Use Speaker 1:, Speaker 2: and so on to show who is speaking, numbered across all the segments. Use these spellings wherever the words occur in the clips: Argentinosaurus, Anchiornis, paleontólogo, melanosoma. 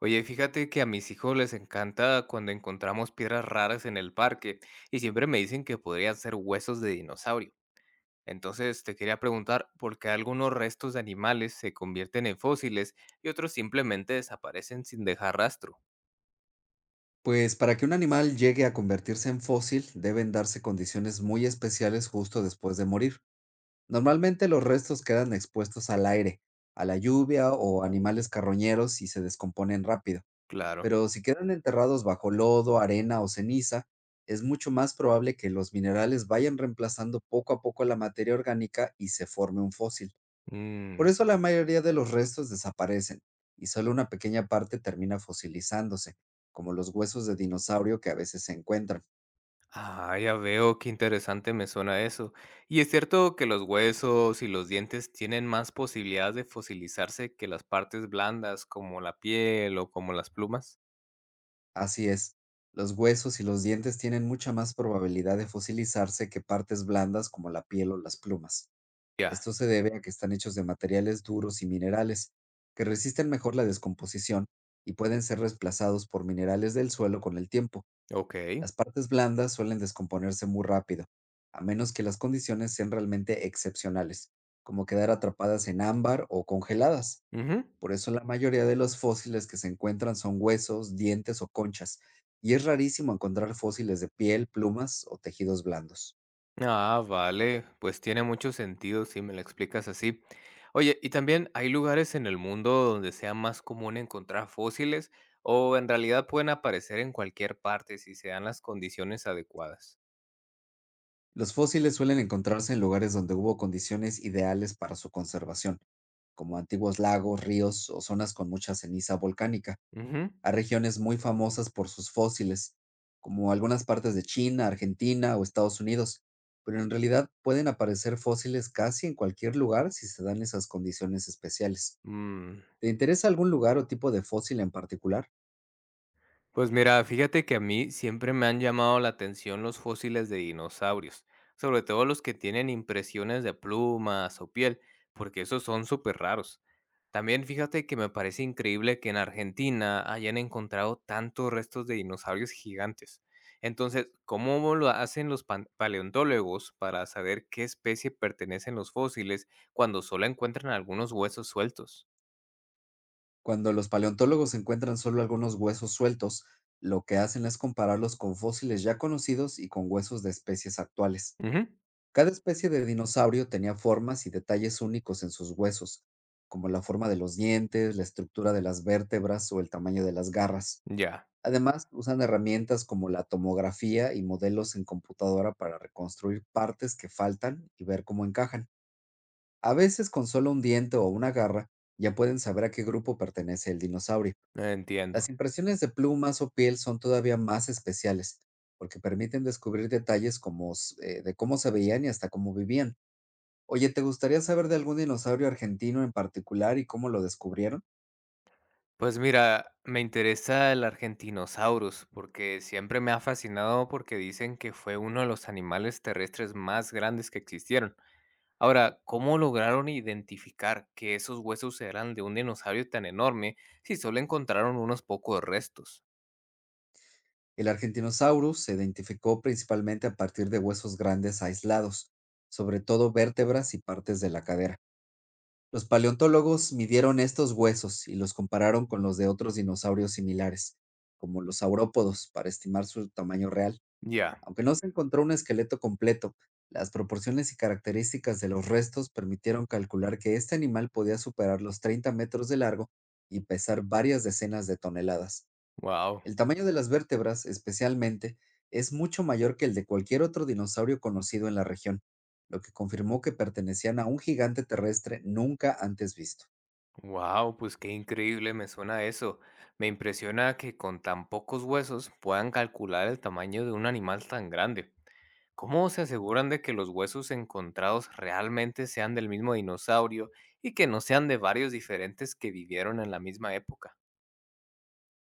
Speaker 1: Oye, fíjate que a mis hijos les encanta cuando encontramos piedras raras en el parque y siempre me dicen que podrían ser huesos de dinosaurio. Entonces te quería preguntar por qué algunos restos de animales se convierten en fósiles y otros simplemente desaparecen sin dejar rastro.
Speaker 2: Pues para que un animal llegue a convertirse en fósil, deben darse condiciones muy especiales justo después de morir. Normalmente los restos quedan expuestos al aire, a la lluvia o animales carroñeros y se descomponen rápido.
Speaker 1: Claro.
Speaker 2: Pero si quedan enterrados bajo lodo, arena o ceniza, es mucho más probable que los minerales vayan reemplazando poco a poco la materia orgánica y se forme un fósil. Por
Speaker 1: Mm.
Speaker 2: eso la mayoría de los restos desaparecen y solo una pequeña parte termina fosilizándose, como los huesos de dinosaurio que a veces se encuentran.
Speaker 1: Ah, ya veo, qué interesante me suena eso. Y es cierto que los huesos y los dientes tienen más posibilidades de fosilizarse que las partes blandas como la piel o como las plumas.
Speaker 2: Así es, los huesos y los dientes tienen mucha más probabilidad de fosilizarse que partes blandas como la piel o las plumas.
Speaker 1: Ya,
Speaker 2: Esto se debe a que están hechos de materiales duros y minerales, que resisten mejor la descomposición y pueden ser reemplazados por minerales del suelo con el tiempo.
Speaker 1: ok.
Speaker 2: Las partes blandas suelen descomponerse muy rápido, a menos que las condiciones sean realmente excepcionales, como quedar atrapadas en ámbar o congeladas.
Speaker 1: Ujú.
Speaker 2: Por eso la mayoría de los fósiles que se encuentran son huesos, dientes o conchas, y es rarísimo encontrar fósiles de piel, plumas o tejidos blandos.
Speaker 1: Ah, vale, pues tiene mucho sentido si me lo explicas así. Oye, ¿y también hay lugares en el mundo donde sea más común encontrar fósiles o en realidad pueden aparecer en cualquier parte si se dan las condiciones adecuadas?
Speaker 2: Los fósiles suelen encontrarse en lugares donde hubo condiciones ideales para su conservación, como antiguos lagos, ríos o zonas con mucha ceniza volcánica.
Speaker 1: Ujú.
Speaker 2: A regiones muy famosas por sus fósiles, como algunas partes de China, Argentina o Estados Unidos, pero en realidad pueden aparecer fósiles casi en cualquier lugar si se dan esas condiciones especiales.
Speaker 1: Mm.
Speaker 2: ¿Te interesa algún lugar o tipo de fósil en particular?
Speaker 1: Pues mira, fíjate que a mí siempre me han llamado la atención los fósiles de dinosaurios, sobre todo los que tienen impresiones de plumas o piel, porque esos son súper raros. También fíjate que me parece increíble que en Argentina hayan encontrado tantos restos de dinosaurios gigantes. Entonces, ¿cómo lo hacen los paleontólogos para saber qué especie pertenecen los fósiles cuando solo encuentran algunos huesos sueltos?
Speaker 2: Cuando los paleontólogos encuentran solo algunos huesos sueltos, lo que hacen es compararlos con fósiles ya conocidos y con huesos de especies actuales.
Speaker 1: Ujú.
Speaker 2: Cada especie de dinosaurio tenía formas y detalles únicos en sus huesos, como la forma de los dientes, la estructura de las vértebras o el tamaño de las garras.
Speaker 1: Ya,
Speaker 2: Además, usan herramientas como la tomografía y modelos en computadora para reconstruir partes que faltan y ver cómo encajan. A veces, con solo un diente o una garra, ya pueden saber a qué grupo pertenece el dinosaurio.
Speaker 1: entiendo.
Speaker 2: Las impresiones de plumas o piel son todavía más especiales, porque permiten descubrir detalles como, de cómo se veían y hasta cómo vivían. Oye, ¿te gustaría saber de algún dinosaurio argentino en particular y cómo lo descubrieron?
Speaker 1: Pues mira, me interesa el Argentinosaurus porque siempre me ha fascinado porque dicen que fue uno de los animales terrestres más grandes que existieron. Ahora, ¿cómo lograron identificar que esos huesos eran de un dinosaurio tan enorme si solo encontraron unos pocos restos?
Speaker 2: El Argentinosaurus se identificó principalmente a partir de huesos grandes aislados, sobre todo vértebras y partes de la cadera. Los paleontólogos midieron estos huesos y los compararon con los de otros dinosaurios similares, como los saurópodos, para estimar su tamaño real.
Speaker 1: Ya,
Speaker 2: Aunque no se encontró un esqueleto completo, las proporciones y características de los restos permitieron calcular que este animal podía superar los 30 metros de largo y pesar varias decenas de toneladas.
Speaker 1: wow.
Speaker 2: El tamaño de las vértebras, especialmente, es mucho mayor que el de cualquier otro dinosaurio conocido en la región, lo que confirmó que pertenecían a un gigante terrestre nunca antes visto.
Speaker 1: Wow, pues qué increíble me suena eso. Me impresiona que con tan pocos huesos puedan calcular el tamaño de un animal tan grande. ¿Cómo se aseguran de que los huesos encontrados realmente sean del mismo dinosaurio y que no sean de varios diferentes que vivieron en la misma época?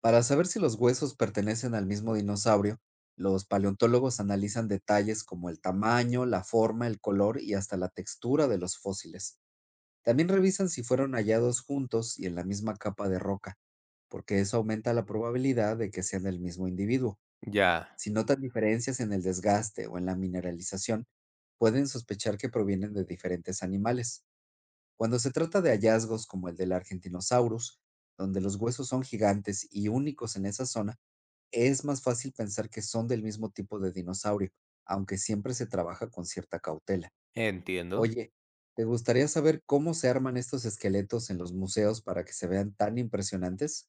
Speaker 2: Para saber si los huesos pertenecen al mismo dinosaurio, los paleontólogos analizan detalles como el tamaño, la forma, el color y hasta la textura de los fósiles. También revisan si fueron hallados juntos y en la misma capa de roca, porque eso aumenta la probabilidad de que sean del mismo individuo.
Speaker 1: Ya,
Speaker 2: Si notan diferencias en el desgaste o en la mineralización, pueden sospechar que provienen de diferentes animales. Cuando se trata de hallazgos como el del Argentinosaurus, donde los huesos son gigantes y únicos en esa zona, es más fácil pensar que son del mismo tipo de dinosaurio, aunque siempre se trabaja con cierta cautela.
Speaker 1: entiendo.
Speaker 2: Oye, ¿te gustaría saber cómo se arman estos esqueletos en los museos para que se vean tan impresionantes?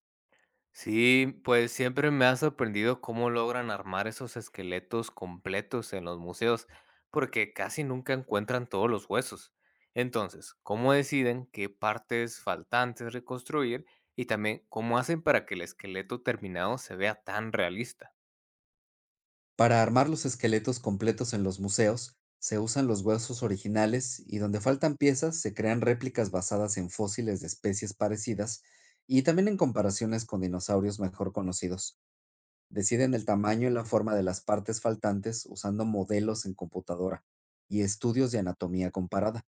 Speaker 1: Sí, pues siempre me ha sorprendido cómo logran armar esos esqueletos completos en los museos, porque casi nunca encuentran todos los huesos. Entonces, ¿cómo deciden qué partes faltantes reconstruir y también cómo hacen para que el esqueleto terminado se vea tan realista?
Speaker 2: Para armar los esqueletos completos en los museos, se usan los huesos originales y donde faltan piezas se crean réplicas basadas en fósiles de especies parecidas y también en comparaciones con dinosaurios mejor conocidos. Deciden el tamaño y la forma de las partes faltantes usando modelos en computadora y estudios de anatomía comparada.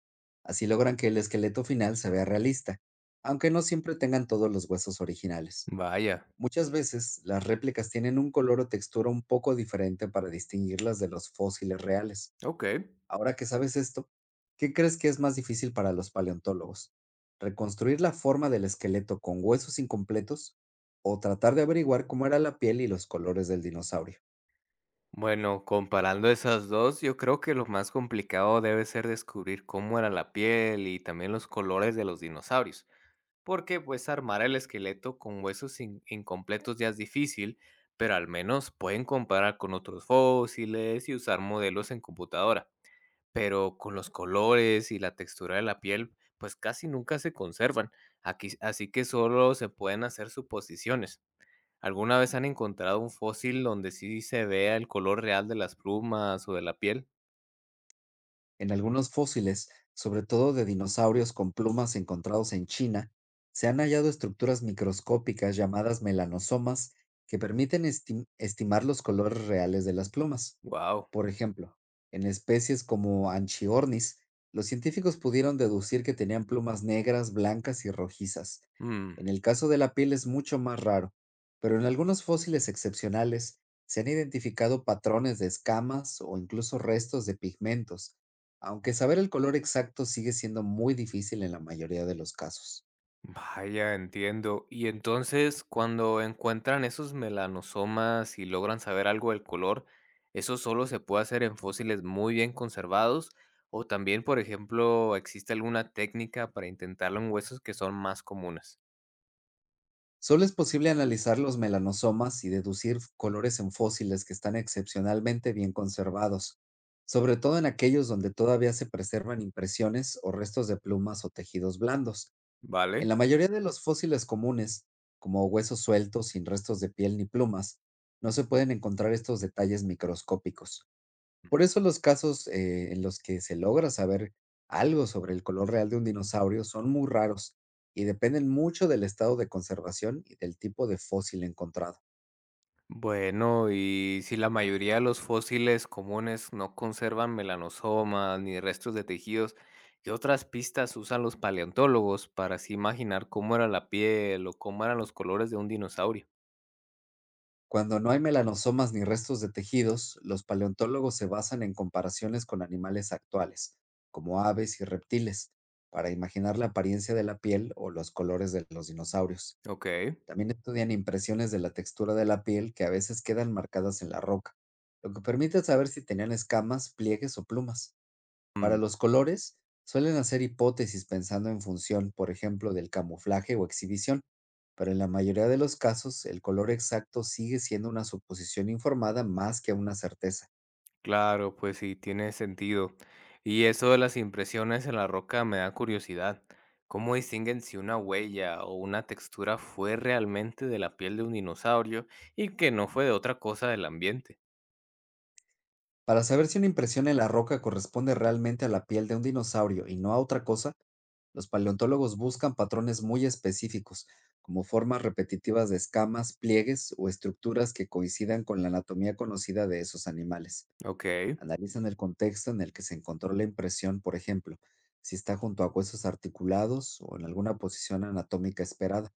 Speaker 2: Así logran que el esqueleto final se vea realista, aunque no siempre tengan todos los huesos originales.
Speaker 1: Vaya,
Speaker 2: Muchas veces las réplicas tienen un color o textura un poco diferente para distinguirlas de los fósiles reales.
Speaker 1: ok.
Speaker 2: Ahora que sabes esto, ¿qué crees que es más difícil para los paleontólogos? ¿Reconstruir la forma del esqueleto con huesos incompletos o tratar de averiguar cómo era la piel y los colores del dinosaurio?
Speaker 1: Bueno, comparando esas dos, yo creo que lo más complicado debe ser descubrir cómo era la piel y también los colores de los dinosaurios, porque pues armar el esqueleto con huesos incompletos ya es difícil, pero al menos pueden comparar con otros fósiles y usar modelos en computadora. Pero con los colores y la textura de la piel, pues casi nunca se conservan, aquí, así que solo se pueden hacer suposiciones. ¿Alguna vez han encontrado un fósil donde sí se vea el color real de las plumas o de la piel?
Speaker 2: En algunos fósiles, sobre todo de dinosaurios con plumas encontrados en China, se han hallado estructuras microscópicas llamadas melanosomas que permiten estimar los colores reales de las plumas.
Speaker 1: Wow.
Speaker 2: Por ejemplo, en especies como Anchiornis, los científicos pudieron deducir que tenían plumas negras, blancas y rojizas. En el caso de la piel es mucho más raro, pero en algunos fósiles excepcionales se han identificado patrones de escamas o incluso restos de pigmentos, aunque saber el color exacto sigue siendo muy difícil en la mayoría de los casos.
Speaker 1: Vaya, entiendo. Y entonces, cuando encuentran esos melanosomas y logran saber algo del color, ¿eso solo se puede hacer en fósiles muy bien conservados? O también, por ejemplo, ¿existe alguna técnica para intentarlo en huesos que son más comunes?
Speaker 2: Solo es posible analizar los melanosomas y deducir colores en fósiles que están excepcionalmente bien conservados, sobre todo en aquellos donde todavía se preservan impresiones o restos de plumas o tejidos blandos. En
Speaker 1: ¿Vale?
Speaker 2: la mayoría de los fósiles comunes, como huesos sueltos sin restos de piel ni plumas, no se pueden encontrar estos detalles microscópicos. Por eso los casos, en los que se logra saber algo sobre el color real de un dinosaurio son muy raros y dependen mucho del estado de conservación y del tipo de fósil encontrado.
Speaker 1: Bueno, y si la mayoría de los fósiles comunes no conservan melanosomas ni restos de tejidos, ¿qué otras pistas usan los paleontólogos para así imaginar cómo era la piel o cómo eran los colores de un dinosaurio?
Speaker 2: Cuando no hay melanosomas ni restos de tejidos, los paleontólogos se basan en comparaciones con animales actuales, como aves y reptiles, para imaginar la apariencia de la piel o los colores de los dinosaurios.
Speaker 1: Ok.
Speaker 2: También estudian impresiones de la textura de la piel que a veces quedan marcadas en la roca, lo que permite saber si tenían escamas, pliegues o plumas. Para
Speaker 1: Mm,
Speaker 2: los colores, suelen hacer hipótesis pensando en función, por ejemplo, del camuflaje o exhibición, pero en la mayoría de los casos el color exacto sigue siendo una suposición informada más que una certeza.
Speaker 1: claro, pues sí, tiene sentido. Y eso de las impresiones en la roca me da curiosidad. ¿Cómo distinguen si una huella o una textura fue realmente de la piel de un dinosaurio y que no fue de otra cosa del ambiente?
Speaker 2: Para saber si una impresión en la roca corresponde realmente a la piel de un dinosaurio y no a otra cosa, los paleontólogos buscan patrones muy específicos, como formas repetitivas de escamas, pliegues o estructuras que coincidan con la anatomía conocida de esos animales.
Speaker 1: Ok.
Speaker 2: Analizan el contexto en el que se encontró la impresión, por ejemplo, si está junto a huesos articulados o en alguna posición anatómica esperada.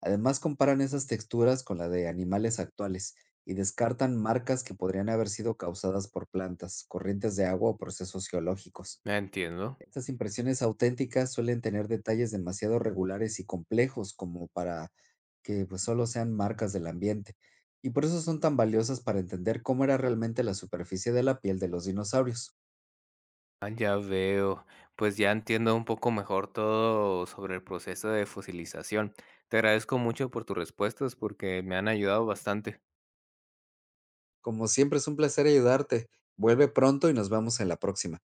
Speaker 2: Además, comparan esas texturas con la de animales actuales y descartan marcas que podrían haber sido causadas por plantas, corrientes de agua o procesos geológicos.
Speaker 1: Ah, entiendo.
Speaker 2: Estas impresiones auténticas suelen tener detalles demasiado regulares y complejos como para que, pues, solo sean marcas del ambiente, y por eso son tan valiosas para entender cómo era realmente la superficie de la piel de los dinosaurios.
Speaker 1: Ah, ya veo. Pues ya entiendo un poco mejor todo sobre el proceso de fosilización. Te agradezco mucho por tus respuestas porque me han ayudado bastante.
Speaker 2: Como siempre, es un placer ayudarte. Vuelve pronto y nos vemos en la próxima.